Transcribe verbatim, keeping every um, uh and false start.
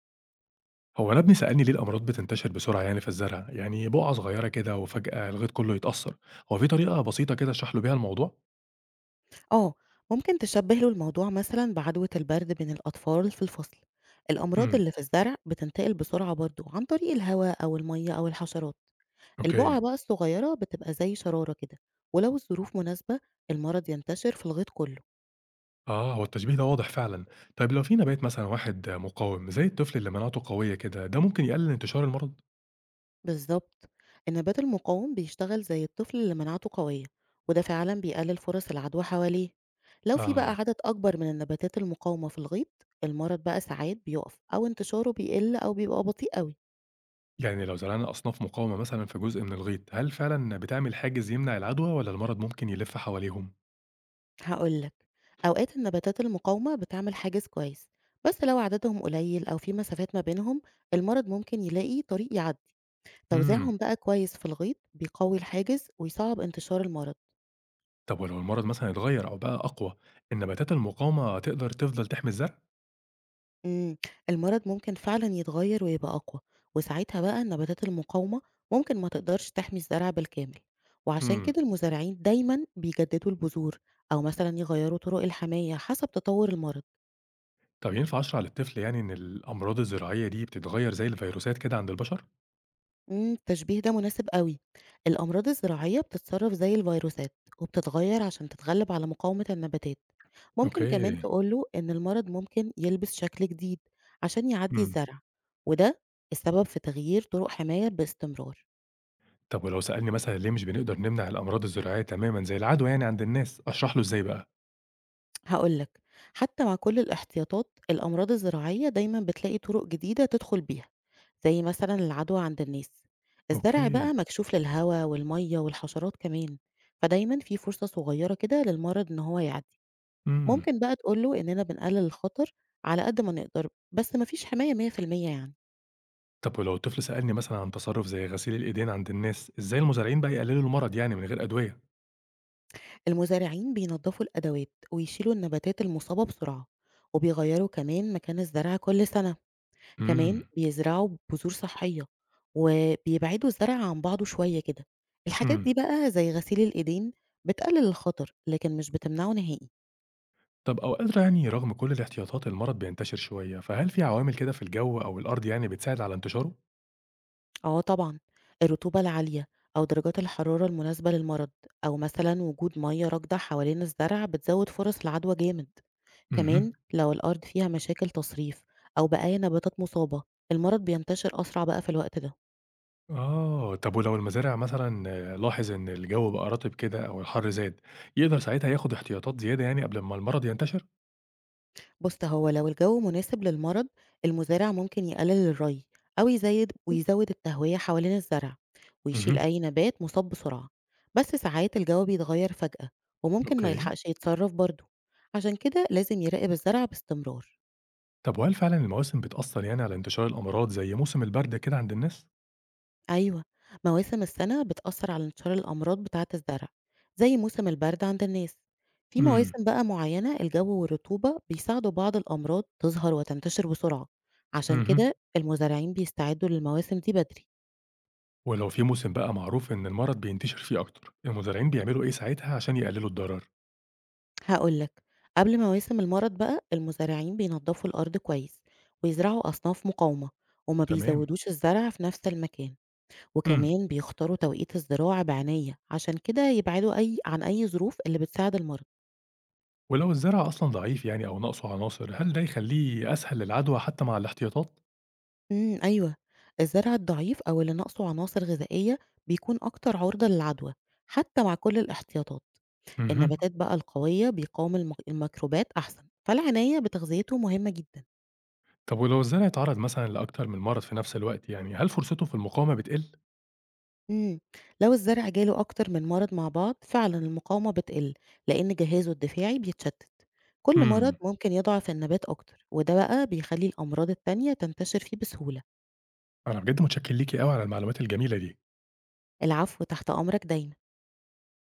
هو أنا ابني سألني ليه الأمراض بتنتشر بسرعة يعني في الزرع؟ يعني بقعة صغيرة كده وفجأة الغيط كله يتأثر، هو في طريقة بسيطة كده أشرح له بيها الموضوع؟ آه، ممكن تشبّه له الموضوع مثلًا بعدوى البرد بين الأطفال في الفصل، الأمراض امم اللي في الزرع بتنتقل بسرعة برضه عن طريق الهواء أو المَيّة أو الحشرات، البقع أوكي، بقى الصغيرة بتبقى زي شرارة كده، ولو الظروف مناسبة المرض ينتشر في الغيط كله. آه هو التشبيه ده واضح فعلا، طيب لو في نبات مثلا واحد مقاوم زي الطفل اللي مناعته قوية كده ده ممكن يقلل انتشار المرض؟ بالضبط، النبات المقاوم بيشتغل زي الطفل اللي مناعته قوية، وده فعلًا بيقلل فرص العدوى حواليه. لو في بقى آه عدد أكبر من النباتات المقاومة في الغيط، المرض بقى ساعات بيقف أو انتشاره بيقل أو بيبقى بطيء أوي. يعني لو زرعنا أصناف مقاومة مثلا في جزء من الغيط هل فعلا بتعمل حاجز يمنع العدوى ولا المرض ممكن يلف حواليهم؟ هاقول لك، أوقات النباتات المقاومة بتعمل حاجز كويس، بس لو عددهم قليل أو في مسافات ما بينهم المرض ممكن يلاقي طريق يعدي. امم توزيعهم بقى كويس في الغيط بيقوي الحاجز ويصعب انتشار المرض. طب ولو المرض مثلا اتغير أو بقى أقوى النباتات المقاومة تقدر تفضل تحمي الزرع؟ امم المرض ممكن فعلا يتغير ويبقى أقوى، وساعتها بقى النباتات المقاومة ممكن ما تقدرش تحمي الزرع بالكامل، وعشان امم كده المزارعين دايما بيجددوا البذور أو مثلا يغيروا طرق الحماية حسب تطور المرض. طب ينفع أشرح للطفل يعني إن الأمراض الزراعية دي بتتغيّر زي الفيروسات كده عند البشر؟ إمم، التشبيه ده مناسب أوي. الأمراض الزراعية بتتصرف زي الفيروسات، وبتتغير عشان تتغلب على مقاومة النباتات. ممكن كمان أوكي، تقول له إن المرض ممكن يلبس شكل جديد عشان يعدي إمم. الزرع، وده السبب في تغيير طرق حماية باستمرار. طب ولو سألني مثلًا ليه مش بنقدر نمنع الأمراض الزراعية تمامًا زي العدوى يعني عند الناس، أشرح له إزاي بقى؟ هاقول لك، حتى مع كل الاحتياطات الأمراض الزراعية دايمًا بتلاقي طرق جديدة تدخل بيها، زي مثلًا العدوى عند الناس. الزرع أوكي، بقى مكشوف للهوا والمَيّة والحشرات كمان، فدايمًا في فرصة صغيرة كده للمرض إن هو يعدي. إمم. ممكن بقى تقول له إننا بنقلل الخطر على قد ما نقدر، بس ما فيش حماية مية في المية يعني. طب ولو الطفل سألني مثلًا عن تصرُّف زي غسيل الإيدين عند الناس، إزاي المزارعين بقى يقللوا المرض يعني من غير أدوية؟ المزارعين بينضفوا الأدوات ويشيلوا النباتات المصابة بسرعة، وبيغيروا كمان مكان الزرع كل سنة. كمان إمم، بيزرعوا بذور صحية، وبيبعدوا الزرع عن بعضه شوية كده. الحاجات إمم. دي بقى زي غسيل الإيدين بتقلل الخطر، لكن مش بتمنعه نهائي. طب أوقات يعني رغم كل الاحتياطات المرض بينتشر شوية، فهل في عوامل كده في الجو أو الأرض يعني بتساعد على انتشاره؟ آه طبعًا، الرطوبة العالية أو درجات الحرارة المناسبة للمرض أو مثلًا وجود مية راكدة حوالين الزرع بتزود فرص العدوى جامد. اهم. كمان لو الأرض فيها مشاكل تصريف أو بقايا نباتات مصابة، المرض بينتشر أسرع بقى في الوقت ده. آه، طب ولو المزارع مثلًا آه، لاحظ إن الجو بقى رطب كده أو الحر زاد، يقدر ساعتها ياخد احتياطات زيادة يعني قبل ما المرض ينتشر؟ بُص، هو لو الجو مناسب للمرض، المزارع ممكن يقلل الري أو يزيد ويزود التهوية حوالين الزرع ويشيل اهم، أي نبات مصاب بسرعة، بس ساعات الجو بيتغير فجأة وممكن ما أوكي. يلحقش يتصرف برضه، عشان كده لازم يراقب الزرع باستمرار. طب وهل فعلًا المواسم بتأثر يعني على انتشار الأمراض زي موسم البرد كده عند الناس؟ أيوه، مواسم السنة بتأثّر على انتشار الأمراض بتاعة الزرع، زي موسم البرد عند الناس. في امم، مواسم بقى معيّنة الجو والرطوبة بيساعدوا بعض الأمراض تظهر وتنتشر بسرعة، عشان اهم. كده المزارعين بيستعدوا للمواسم دي بدري. ولو في موسم بقى معروف إن المرض بينتشر فيه أكتر، المزارعين بيعملوا إيه ساعتها عشان يقللوا الضرر؟ هاقول لك، قبل مواسم المرض بقى المزارعين بينضّفوا الأرض كويس، ويزرعوا أصناف مقاومة، وما تمام. بيزوّدوش الزرع في نفس المكان، امم، وكمان بيختاروا توقيت الزراعة بعناية، عشان كده يبعدوا أي عن أي ظروف اللي بتساعد المرض. ولو الزرع أصلًا ضعيف يعني أو ناقصه عناصر، هل ده يخليه أسهل للعدوى حتى مع الاحتياطات؟ إمم، أيوه، الزرع الضعيف أو اللي ناقصه عناصر غذائية بيكون أكتر عُرضة للعدوى، حتى مع كل الاحتياطات، اهم. النباتات بقى القوية بيقاوم الم الميكروبات أحسن، فالعناية بتغذيته مهمة جدًا. طب ولو الزرع اتعرض مثلًا لأكتر من مرض في نفس الوقت يعني، هل فرصته في المقاومة بتقل؟ إمم، لو الزرع جاله أكتر من مرض مع بعض فعلًا المقاومة بتقل، لإن جهازه الدفاعي بيتشتت، كل مرض إمم، ممكن يضعف النبات أكتر، وده بقى بيخلي الأمراض التانية تنتشر فيه بسهولة. أنا بجد متشكر ليكِ أوي على المعلومات الجميلة دي. العفو، تحت أمرك دايمًا.